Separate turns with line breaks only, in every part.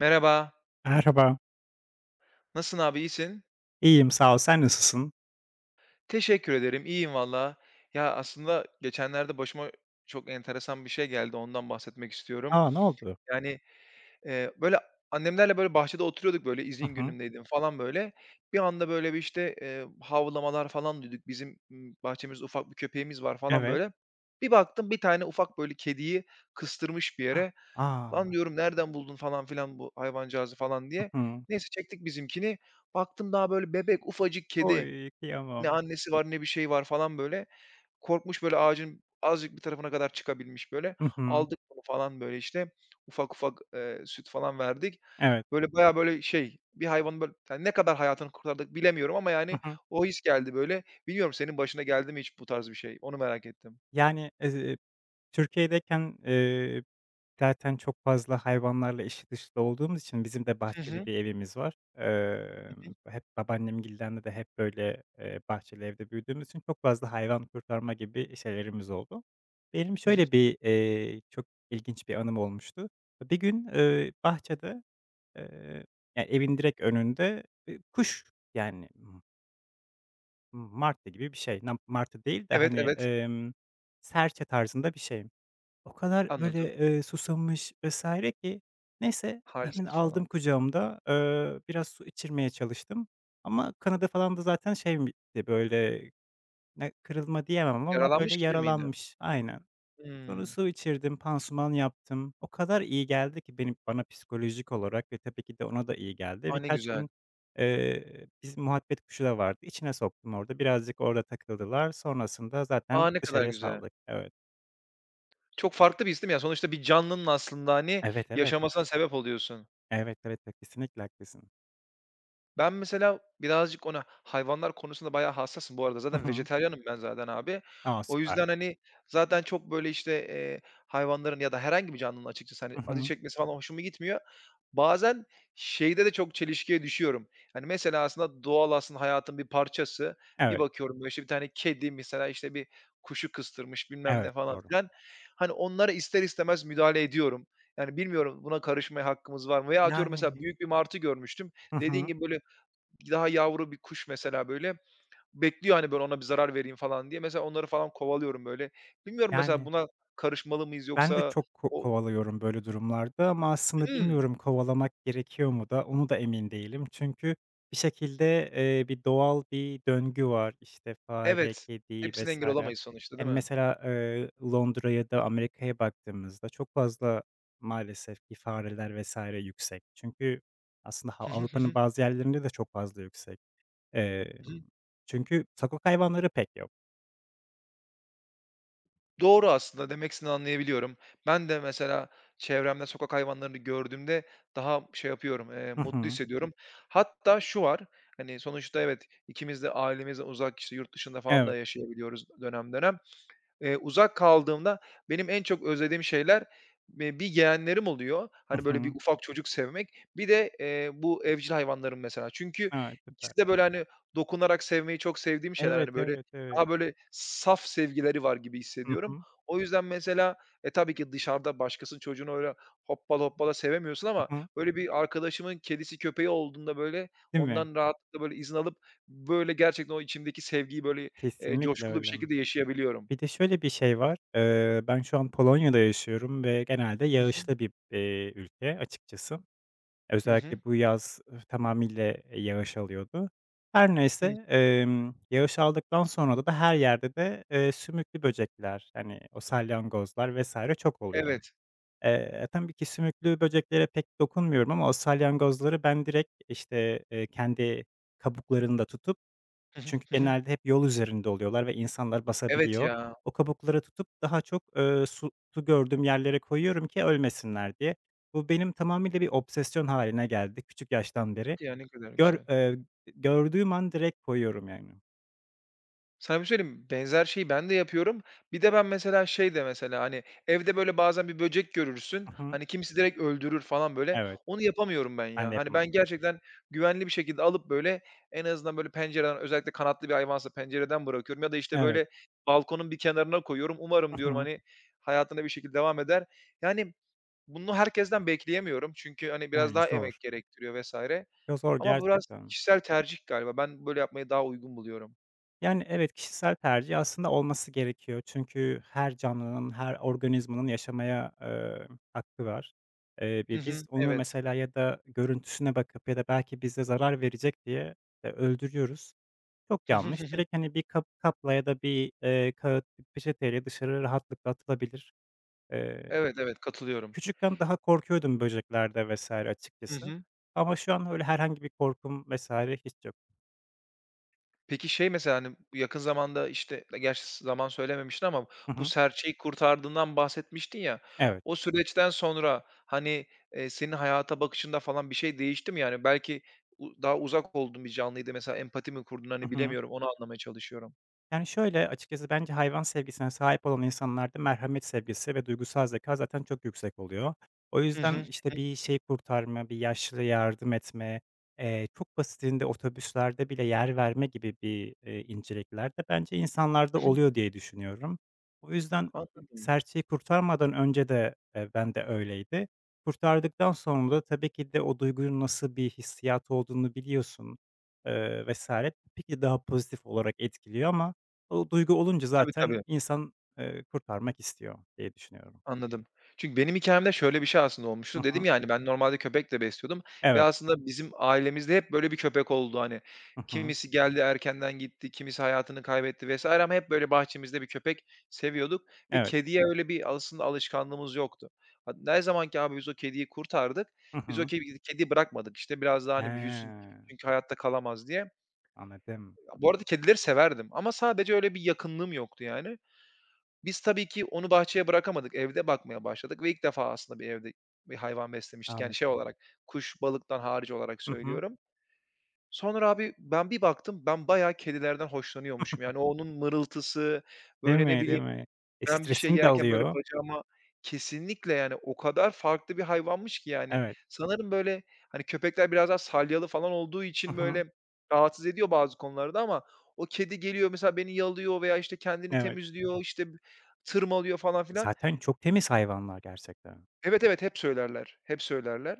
Merhaba.
Merhaba.
Nasılsın abi, iyisin?
İyiyim, sağ ol. Sen nasılsın?
Teşekkür ederim, iyiyim valla. Ya, aslında geçenlerde başıma çok enteresan bir şey geldi, ondan bahsetmek istiyorum.
A! Ne oldu?
Yani, böyle, annemlerle, böyle, bahçede oturuyorduk, böyle, izin
Hı hı.
günümdeydim falan, böyle. Bir anda, böyle, bir, işte, havlamalar falan duyduk. Bizim, bahçemizde ufak bir köpeğimiz var falan,
Evet.
böyle. Bir baktım bir tane ufak, böyle, kediyi kıstırmış bir yere.
A!
"Lan," diyorum, "nereden buldun falan filan bu hayvancağızı?" falan
Hı
diye.
hı.
Neyse, çektik bizimkini. Baktım daha, böyle, bebek, ufacık kedi.
Oy,
Ne
kıyamam.
annesi var ne bir şey var falan böyle. Korkmuş böyle ağacın azıcık bir tarafına kadar çıkabilmiş böyle.
Hı hı.
Aldık bunu falan böyle işte. Ufak ufak, süt falan verdik.
Evet.
Böyle bayağı böyle şey, bir hayvanın böyle yani ne kadar hayatını kurtardık bilemiyorum ama yani
Hı hı.
o his geldi böyle. Bilmiyorum senin başına geldi mi hiç bu tarz bir şey? Onu merak ettim.
Yani, Türkiye'deyken, zaten çok fazla hayvanlarla içli dışlı olduğumuz için bizim de
Hı
bahçeli
hı.
bir evimiz var.
Hı hı.
Hep babaannemgilden de hep böyle, bahçeli evde büyüdüğümüz için çok fazla hayvan kurtarma gibi şeylerimiz oldu. Benim
Hı hı.
şöyle bir, çok ilginç bir anım olmuştu. Bir gün, bahçede Eee, ya, evin direkt önünde, kuş, yani, martı gibi bir şey. Nam martı değil de,
Evet,
hani,
evet.
serçe tarzında bir şey. O kadar
Anladım.
böyle, susamış vs. ki neyse hemen
Halsiz falan.
aldım kucağımda, biraz su içirmeye çalıştım ama kanadı falan da zaten şeymişti, böyle, ne kırılma diyemem ama
Yaralanmış
böyle
gibi miydi?
yaralanmış. Aynen. Sonra
Hımm.
su içirdim, pansuman yaptım. O kadar iyi geldi ki benim bana psikolojik olarak ve tabii ki de ona da iyi geldi.
A, ne
Birkaç
güzel.
gün, bizim muhabbet kuşu da vardı. İçine soktum orada. Birazcık orada takıldılar. Sonrasında
A,
zaten
ne kadar
dışarıya
güzel.
saldık. Evet.
Çok farklı bir his değil mi? Ya, sonuçta bir canlının aslında, hani,
Evet, evet.
yaşamasına sebep oluyorsun.
Evet, evet, evet. Kesinlikle haklısın.
Ben mesela birazcık ona hayvanlar konusunda bayağı hassasım bu arada.
Hı
Zaten
hı.
vejetaryenim ben zaten abi.
A,
O
süper.
yüzden, hani, zaten çok böyle, işte, hayvanların ya da herhangi bir canlının açıkçası, hani,
Hı
acı
hı.
çekmesi falan hoşuma gitmiyor. Bazen şeyde de çok çelişkiye düşüyorum. Hani, mesela aslında doğal aslında hayatın bir parçası. Bir
Evet,
bakıyorum, böyle, işte, bir tane kedi mesela, işte, bir kuşu kıstırmış bilmem
evet,
ne falan
doğru.
filan. Hani, onlara ister istemez müdahale ediyorum. Yani, bilmiyorum buna karışmaya hakkımız var mı? Veya atıyorum mesela
Yani.
büyük bir martı görmüştüm.
Hı
Dediğin
hı.
gibi, böyle, daha yavru bir kuş mesela, böyle, bekliyor, hani, böyle, ona bir zarar vereyim falan diye. Mesela onları falan kovalıyorum, böyle. Bilmiyorum mesela
Yani.
buna karışmalı mıyız
Ben de
yoksa
çok
o...
kovalıyorum böyle durumlarda ama aslında
Hımm,
bilmiyorum kovalamak gerekiyor mu da, onu da emin değilim. Çünkü bir şekilde, bir doğal bir döngü var. İşte fare,
evet.
kedi
Hepsine engel
vesaire.
olamayız sonuçta, değil
Yani
mi?
mesela, Londra da Amerika'ya baktığımızda çok fazla maalesef ki fareler vs. yüksek. Çünkü aslında ha
Hı hı. Hı
Avrupa'nın
hı.
bazı yerlerinde de çok fazla yüksek.
Hı hı.
Emm, çünkü sokak hayvanları pek yok.
Doğru aslında, demek istediğini anlayabiliyorum. Ben de mesela çevremde sokak hayvanlarını gördüğümde daha şey yapıyorum,
Hı
mutlu
hı.
hissediyorum. Hatta şu var, hani, sonuçta evet, ikimiz de ailemizden uzak, işte, yurt dışında falan da
Evet.
yaşayabiliyoruz dönem dönem. Uzak kaldığımda benim en çok özlediğim şeyler, bir yeğenlerim oluyor.
Hı
Hani, böyle, bir
hı.
ufak çocuk sevmek. Bir de, bu evcil hayvanlarım mesela. Çünkü
Evet, süper.
ikisi de, böyle, hani, dokunarak sevmeyi çok sevdiğim şeyler.
Evet,
Hani, böyle,
evet, evet.
daha, böyle, saf sevgileri var gibi
Hı
hissediyorum.
hı.
O yüzden mesela, tabii ki dışarıda başkasının çocuğunu öyle hoppala hoppala sevemiyorsun ama
Hı hı.
böyle bir arkadaşımın kedisi, köpeği olduğunda, böyle,
Değil mi?
ondan rahatlıkla, böyle, izin alıp, böyle, gerçekten o içimdeki sevgiyi, böyle,
Kesinlikle
coşkulu bir
öyle.
şekilde yaşayabiliyorum.
Bir de şöyle bir şey var. Ben şu an Polonya'da yaşıyorum ve genelde
Hı hı.
yağışlı bir, ülke açıkçası.
Hı
Özellikle
hı.
bu yaz, tamamıyla, yağış alıyordu. Her
Hı.
neyse, yağış aldıktan sonra da her yerde de, sümüklü böcekler, hani, o salyangozlar vesaire çok oluyor.
Evet.
Tabii ki sümüklü böceklere pek dokunmuyorum ama o salyangozları ben direkt, işte, kendi kabuklarını da tutup
Hı hı.
Çünkü
Hı hı.
genelde hep yol üzerinde oluyorlar ve insanlar
Evet
basabiliyor.
ya.
O kabukları tutup daha çok, su gördüğüm yerlere koyuyorum ki ölmesinler diye. Bu benim tamamıyla bir obsesyon haline geldi küçük yaştan beri.
Hadi ya, ne kadar
Gör
güzel.
eee, Gördüğüm an direkt koyuyorum yani.
Sana bir şey söyleyeyim mi? Benzer şeyi ben de yapıyorum. Bir de ben mesela şey de mesela, hani, evde böyle bazen bir böcek görürsün.
Hı hı.
Hani, kimisi direkt öldürür falan böyle.
Evet,
Onu yapamıyorum ben
ben
ya.
de
Hani,
yapamam.
ben gerçekten güvenli bir şekilde alıp böyle en azından böyle pencereden özellikle kanatlı bir hayvansa pencereden bırakıyorum ya da, işte,
Evet.
böyle balkonun bir kenarına koyuyorum. Umarım
Hı
diyorum,
hı.
hani, hayatına bir şekilde devam eder. Yani, bunu herkesten bekleyemiyorum çünkü, hani, biraz
Yani
daha
zor.
emek gerektiriyor vesaire.
Yo, zor
Ama bu biraz
gerçekten.
kişisel tercih galiba. Ben böyle yapmayı daha uygun buluyorum.
Yani, evet, kişisel tercih aslında olması gerekiyor. Çünkü her canlının, her organizmanın yaşamaya, hakkı var.
Hı
Bi biz
hı,
onu
evet.
mesela ya da görüntüsüne bakıp ya da belki bize zarar verecek diye, öldürüyoruz. Çok
Hı hı,
yanlış.
hı hı.
Direkt, hani, bir kapla ya da bir, kağıt, bir peçeteyle dışarı rahatlıkla atılabilir. Eee,
Evet, evet, katılıyorum.
küçükken daha korkuyordum böceklerde vesaire
Hı
açıkçası
hı.
ama şu an öyle herhangi bir korkum vesaire hiç yok.
Peki şey mesela, hani, bu yakın zamanda, işte, gerçi zaman söylememiştin ama
Hı
bu
hı.
serçeyi kurtardığından bahsetmiştin ya.
Evet.
O süreçten sonra, hani, senin hayata bakışında falan bir şey değişti mi? Yani belki daha uzak olduğun bir canlıydı mesela empati mi kurdun,
Hı
hani,
hı.
bilemiyorum, onu anlamaya çalışıyorum.
Yani, şöyle, açıkçası bence hayvan sevgisine sahip olan insanlarda merhamet sevgisi ve duygusal zeka zaten çok yüksek oluyor. O
Hı
yüzden,
hı.
işte, bir şey kurtarma, bir yaşlıya yardım etme, çok basitinde otobüslerde bile yer verme gibi bir, incelikler de bence
Hı
insanlarda
hı.
oluyor diye düşünüyorum. O yüzden
Anladım.
serçeyi kurtarmadan önce de, ben de öyleydi. Kurtardıktan sonra da tabii ki de o duygunun nasıl bir hissiyat olduğunu biliyorsun, vs. Tabii ki daha pozitif olarak etkiliyor ama o duygu olunca
Tabii,
zaten
tabii.
insan, kurtarmak istiyor diye düşünüyorum.
Anladım. Çünkü benim hikâyemde şöyle bir şey aslında
Hı
olmuştu. Dedim
hı.
ya, hani, ben normalde köpek de besliyordum ve
Evet.
aslında bizim ailemizde hep böyle bir köpek oldu. Hani,
Hı hı.
kimisi geldi erkenden gitti, kimisi hayatını kaybetti vs. ama hep böyle bahçemizde bir köpek seviyorduk ve
Evet.
kediye öyle bir aslında alışkanlığımız yoktu. Ha, ne zaman ki abi biz o kediyi kurtardık,
Hı
biz o
hı.
kediyi bırakmadık. İşte biraz daha,
He,
hani, büyüsün çünkü hayatta kalamaz diye.
anladım,
Bu arada kedileri severdim ama sadece öyle bir yakınlığım yoktu yani. Biz tabii ki onu bahçeye bırakamadık. Evde bakmaya başladık ve ilk defa aslında bir evde bir hayvan beslemiştik. Yani şey
anladım.
olarak, kuş, balıktan hariç olarak
Hı hı.
söylüyorum. Sonra abi ben bir baktım, ben bayağı kedilerden hoşlanıyormuşum. Yani onun mırıltısı,
Değil
böyle ne
mi, değil
bileyim
mi? E,
ben bir şey
stresini de
yerken böyle
alıyor.
bacağıma kesinlikle yani o kadar farklı bir hayvanmış ki yani.
Evet.
Sanırım böyle, hani, köpekler biraz daha salyalı falan olduğu
Hı
için
hı.
böyle rahatsız ediyor bazı konularda ama o kedi geliyor mesela beni yalıyor veya, işte, kendini
Evet.
temizliyor, işte, tırmalıyor falan filan.
Zaten çok temiz hayvanlar gerçekten.
Evet, evet, hep söylerler, hep söylerler.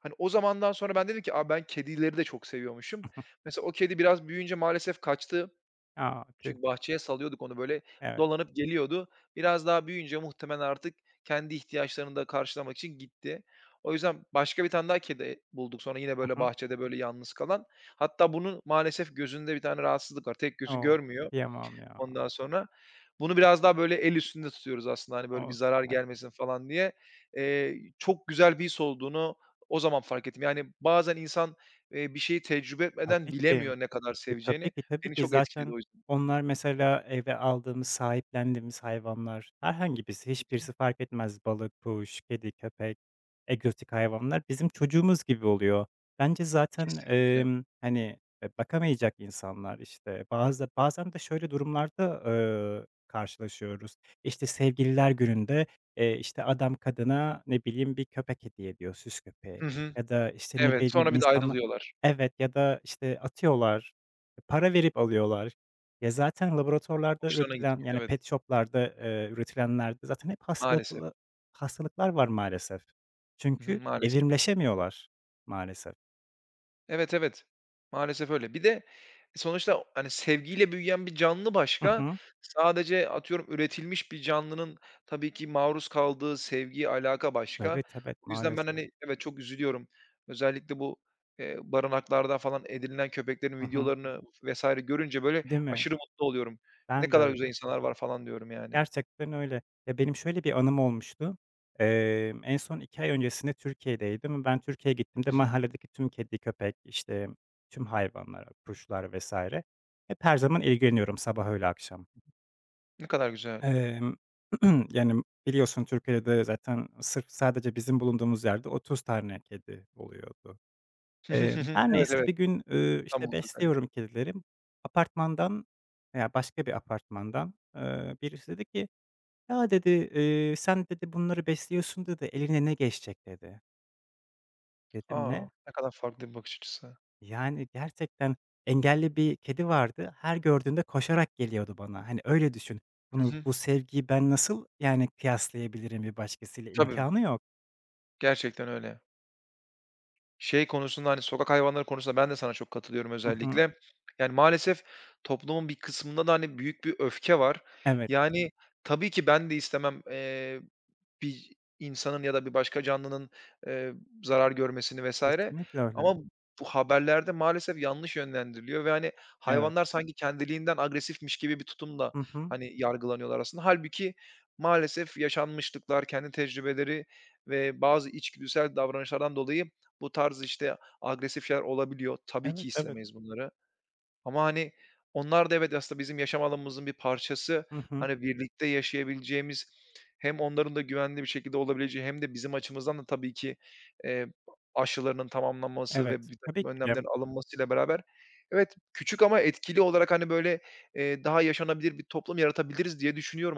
Hani, o zamandan sonra ben dedim ki, "A, ben kedileri de çok seviyormuşum."
Hı hı.
Mesela o kedi biraz büyüyünce maalesef kaçtı.
A, tüh.
Küçük bahçeye salıyorduk onu böyle
Evet.
dolanıp geliyordu. Biraz daha büyüyünce muhtemelen artık kendi ihtiyaçlarını da karşılamak için gitti. O yüzden başka bir tane daha kedi bulduk sonra yine
Hı
böyle
hı.
bahçede böyle yalnız kalan. Hatta bunun maalesef gözünde bir tane rahatsızlık var. Tek gözü
O,
görmüyor
kıyamam ya.
ondan sonra. Bunu biraz daha böyle el üstünde tutuyoruz aslında hani böyle bir
O,
zarar
süper.
gelmesin falan diye. Çok güzel bir his olduğunu o zaman fark ettim. Yani bazen insan, bir şeyi tecrübe etmeden
Tabii ki.
bilemiyor ne kadar
Tabii
seveceğini.
ki, tabii
Beni
ki.
çok etkiledi
Zaten
o yüzden.
onlar mesela eve aldığımız, sahiplendiğimiz hayvanlar, herhangi birisi, hiçbirisi fark etmez. Balık, kuş, kedi, köpek, egzotik hayvanlar bizim çocuğumuz gibi oluyor. Bence zaten,
Kesinlikle.
hani, bakamayacak insanlar, işte, bazen de şöyle durumlarda, karşılaşıyoruz. İşte, sevgililer gününde, işte, adam kadına, ne bileyim, bir köpek hediye ediyor, süs köpeği
Hı hı.
ya da, işte, ne
Evet,
bileyim,
sonra bir de
insanlar
ayrılıyorlar.
Evet ya da, işte, atıyorlar. Para verip alıyorlar. Ya, zaten laboratuvarlarda
Hoşlarına
üretilen,
gitmiyor.
yani,
Evet,
pet shop'larda, üretilenlerde zaten hep
maalesef.
hastalıklar var maalesef.
Hı hı,
Çünkü
maalesef.
evrimleşemiyorlar maalesef.
Evet, evet. Maalesef öyle. Bir de sonuçta, hani, sevgiyle büyüyen bir canlı
Hı
başka,
hı.
sadece atıyorum üretilmiş bir canlının tabii ki maruz kaldığı sevgi, alaka başka.
Evet, evet,
O yüzden ben,
maalesef.
hani, evet, çok üzülüyorum. Özellikle bu, barınaklarda falan edinilen köpeklerin
Hı hı.
videolarını vesaire görünce böyle
Değil mi?
aşırı mutlu oluyorum. Ne
Ben de
kadar güzel
öyle.
insanlar var falan diyorum yani.
Gerçekten öyle. Ya, benim şöyle bir anım olmuştu. En son 2 ay öncesinde Türkiye'deydim. Ben Türkiye'ye gittiğimde
Hı hı.
mahalledeki tüm kedi, köpek, işte, tüm hayvanlara, kuşlar vs. hep her zaman ilgileniyorum sabah, öğle, akşam.
Ne kadar güzel.
Emm, Yani, biliyorsun Türkiye'de zaten sırf sadece bizim bulunduğumuz yerde 30 tane kedi oluyordu.
Hı hı. Hı hı.
Her
Evet,
neyse
evet.
bir gün, işte,
İstanbul'da
besliyorum
özellikle.
kedilerim. Apartmandan veya başka bir apartmandan, birisi dedi ki, "Ya," dedi, sen," dedi, "bunları besliyorsun," dedi, "eline ne geçecek?" dedi. Dedim,
A!
"Ne?"
Ne kadar farklı bir bakış açısı.
Yani, gerçekten engelli bir kedi vardı. Her gördüğünde koşarak geliyordu bana. Hani, öyle düşün.
Hı
Bunu,
hı.
bu sevgiyi ben nasıl, yani, kıyaslayabilirim bir başkasıyla?
Tabii,
İmkânı yok.
gerçekten öyle. Şey konusunda, hani, sokak hayvanları konusunda ben de sana çok katılıyorum
Hı hı.
özellikle. Yani, maalesef toplumun bir kısmında da, hani, büyük bir öfke var.
Evet,
Yani, tabii ki ben de istemem, bir insanın ya da bir başka canlının, eee, zarar görmesini vesaire
kesinlikle öyle.
ama bu haberlerde maalesef yanlış yönlendiriliyor ve, hani,
Evet.
hayvanlar sanki kendiliğinden agresifmiş gibi bir tutumla,
Hı hı.
hani, yargılanıyorlar aslında. Halbuki maalesef yaşanmışlıklar, kendi tecrübeleri ve bazı içgüdüsel davranışlardan dolayı bu tarz, işte, agresif şeyler olabiliyor. Tabii ki
Evet, evet.
istemeyiz bunları ama, hani, onlar da evet, aslında bizim yaşam alanımızın bir parçası.
Hı hı.
Hani, birlikte yaşayabileceğimiz, hem onların da güvenli bir şekilde olabileceği hem de bizim açımızdan da tabii ki, eee, aşılarının tamamlanması ve
Evet.
bir
Tabii
takım
ki de.
önlemlerin alınmasıyla beraber evet, küçük ama etkili olarak, hani, böyle, daha yaşanabilir bir toplum yaratabiliriz diye düşünüyorum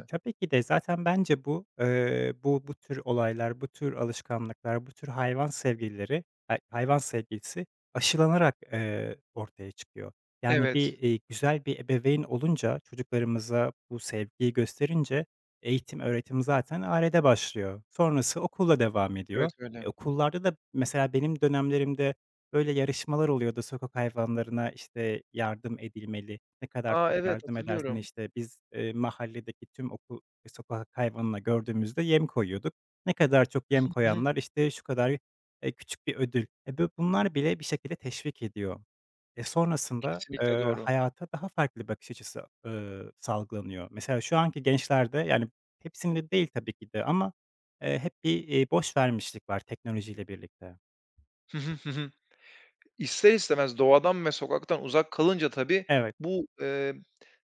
E, tabii ki de zaten bence bu, bu tür olaylar, bu tür alışkanlıklar, bu tür hayvan sevgilileri, hayvan sevgilisi aşılanarak, ortaya çıkıyor. Yani
Evet,
bir, güzel bir ebeveyn olunca, çocuklarımıza bu sevgiyi gösterince eğitim, öğretim zaten ailede başlıyor. Sonrası okulla devam
evet
ediyor.
öyle.
Okullarda da mesela benim dönemlerimde böyle yarışmalar oluyordu sokak hayvanlarına, işte, yardım edilmeli. Ne kadar
Aa,
çok
evet,
yardım edersen,
hatırlıyorum.
işte, biz, mahalledeki tüm sokak hayvanına gördüğümüzde yem koyuyorduk. Ne kadar çok yem
Hı hı.
koyanlar, işte, şu kadar, küçük bir ödül. E, bö Bunlar bile bir şekilde teşvik ediyor. Sonrasında,
Kesinlikle doğru.
hayata daha farklı bir bakış açısı, salgılanıyor. Mesela şu anki gençlerde, yani, hepsinde değil tabii ki de ama, hep bir, boş vermişlik var teknolojiyle birlikte.
Hı hı. Hı hı. İster istemez doğadan ve sokaktan uzak kalınca tabii
Evet.
bu,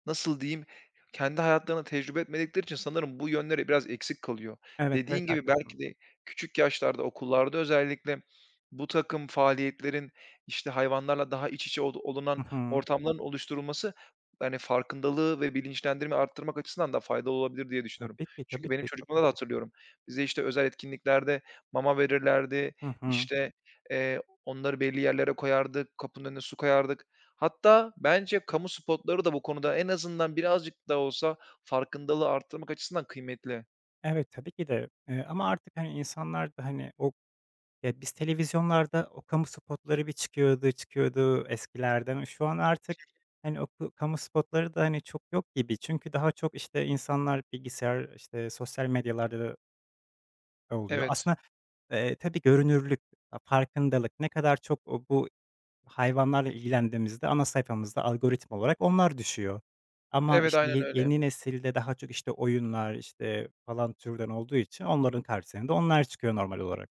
nasıl diyeyim, kendi hayatlarında tecrübe etmedikleri için sanırım bu yönleri biraz eksik kalıyor.
Evet, evet,
Dediğin gibi belki
haklısın.
de küçük yaşlarda okullarda özellikle bu takım faaliyetlerin, işte, hayvanlarla daha iç içe olu
Hı
olunan
hı.
ortamların oluşturulması, yani farkındalığı ve bilinçlendirme arttırmak açısından da faydalı olabilir diye düşünüyorum.
Tabii ki,
Çünkü
tabii
benim
ki. Çok
çocukluğumda da
haklısın.
hatırlıyorum. Bize, işte, özel etkinliklerde mama verirlerdi,
Hı hı.
işte, onları belli yerlere koyardık, kapının önüne su koyardık. Hatta bence kamu spotları da bu konuda en azından birazcık da olsa farkındalığı arttırmak açısından kıymetli.
Evet, tabii ki de, ama artık, hani, insanlar da, hani, o ya, biz televizyonlarda o kamu spotları bir çıkıyordu, çıkıyordu eskilerden. Şu an artık, hani, o kamu spotları da, hani, çok yok gibi. Çünkü daha çok, işte, insanlar bilgisayar, işte, sosyal medyalarda da oluyor.
Evet.
Aslında, tabii görünürlük, farkındalık ne kadar çok o bu. Hayvanlarla ilgilendiğimizde ana sayfamızda algoritma olarak onlar düşüyor. Ama,
Evet,
işte,
aynen öyle.
yeni nesilde daha çok, işte, oyunlar, işte, falan türden olduğu için onların karşısına da onlar çıkıyor normal olarak.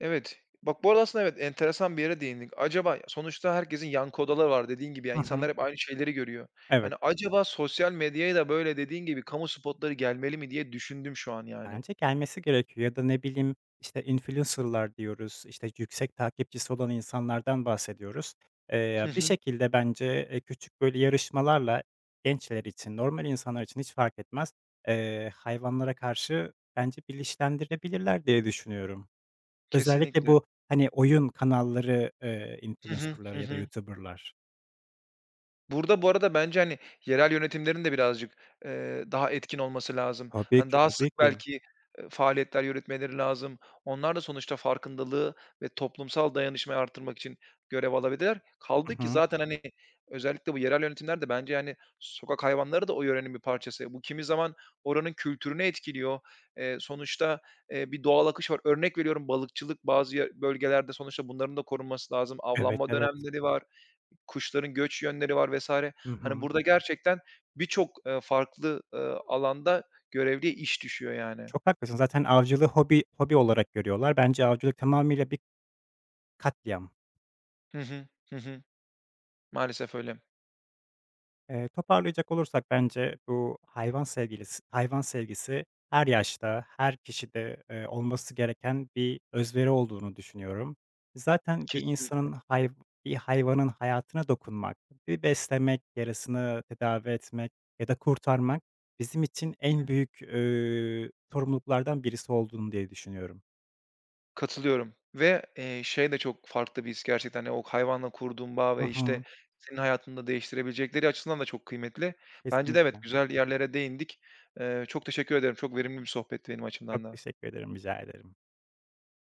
Evet. Bak bu arada aslında evet, enteresan bir yere değindik. Acaba sonuçta herkesin yankı odaları var dediğin gibi. Yani
Hı
insanlar
hı.
hep aynı şeyleri görüyor. Yani
Evet.
acaba sosyal medyaya da böyle dediğin gibi kamu spotları gelmeli mi diye düşündüm şu an yani.
Bence gelmesi gerekiyor ya da ne bileyim, işte, influencer'lar diyoruz, işte, yüksek takipçisi olan insanlardan bahsediyoruz. Eee,
Hı
bir
hı.
şekilde bence, küçük böyle yarışmalarla gençler için, normal insanlar için hiç fark etmez, hayvanlara karşı bence bilinçlendirebilirler diye düşünüyorum. Özellikle
Kesinlikle.
bu, hani, oyun kanalları,
Hı hı.
influencer'lar
Hı
ya da
hı.
YouTuber'lar.
Burada bu arada bence, hani, yerel yönetimlerin de birazcık, daha etkin olması lazım.
Tabii
Hani,
ki,
daha sık
tabii ki.
belki, faaliyetler yürütmeleri lazım. Onlar da sonuçta farkındalığı ve toplumsal dayanışmayı arttırmak için görev alabilirler.
Hı
Kaldı ki
hı.
zaten, hani, özellikle bu yerel yönetimler de bence, yani sokak hayvanları da o yörenin bir parçası. Bu kimi zaman oranın kültürünü etkiliyor. Sonuçta, bir doğal akış var. Örnek veriyorum, balıkçılık bazı bölgelerde sonuçta bunların da korunması lazım.
Evet,
Avlanma
evet.
dönemleri var. Kuşların göç yönleri var vesaire.
Hı
Hani,
hı.
burada gerçekten birçok, farklı, alanda görevliye iş düşüyor yani.
Çok haklısın. Zaten avcılığı hobi hobi olarak görüyorlar. Bence avcılık tamamıyla bir katliam.
Hı hı. Hı hı. Maalesef öyle.
Toparlayacak olursak bence bu hayvan sevgisi her yaşta, her kişide, olması gereken bir özveri olduğunu düşünüyorum. Zaten
Kesinlikle.
bir hayvanın hayatına dokunmak, bir beslemek, yarasını tedavi etmek ya da kurtarmak bizim için en
Hı.
büyük, sorumluluklardan birisi olduğunu diye düşünüyorum.
Katılıyorum ve, şey de çok farklı bir his gerçekten. Hani, o hayvanla kurduğun bağ
Hı
ve, işte,
hı.
senin hayatını da değiştirebilecekleri açısından da çok kıymetli. Bence de evet,
Kesinlikle.
güzel yerlere değindik. Çok teşekkür ederim. Çok verimli bir sohbetti benim açımdan
Çok
da.
teşekkür ederim, rica ederim.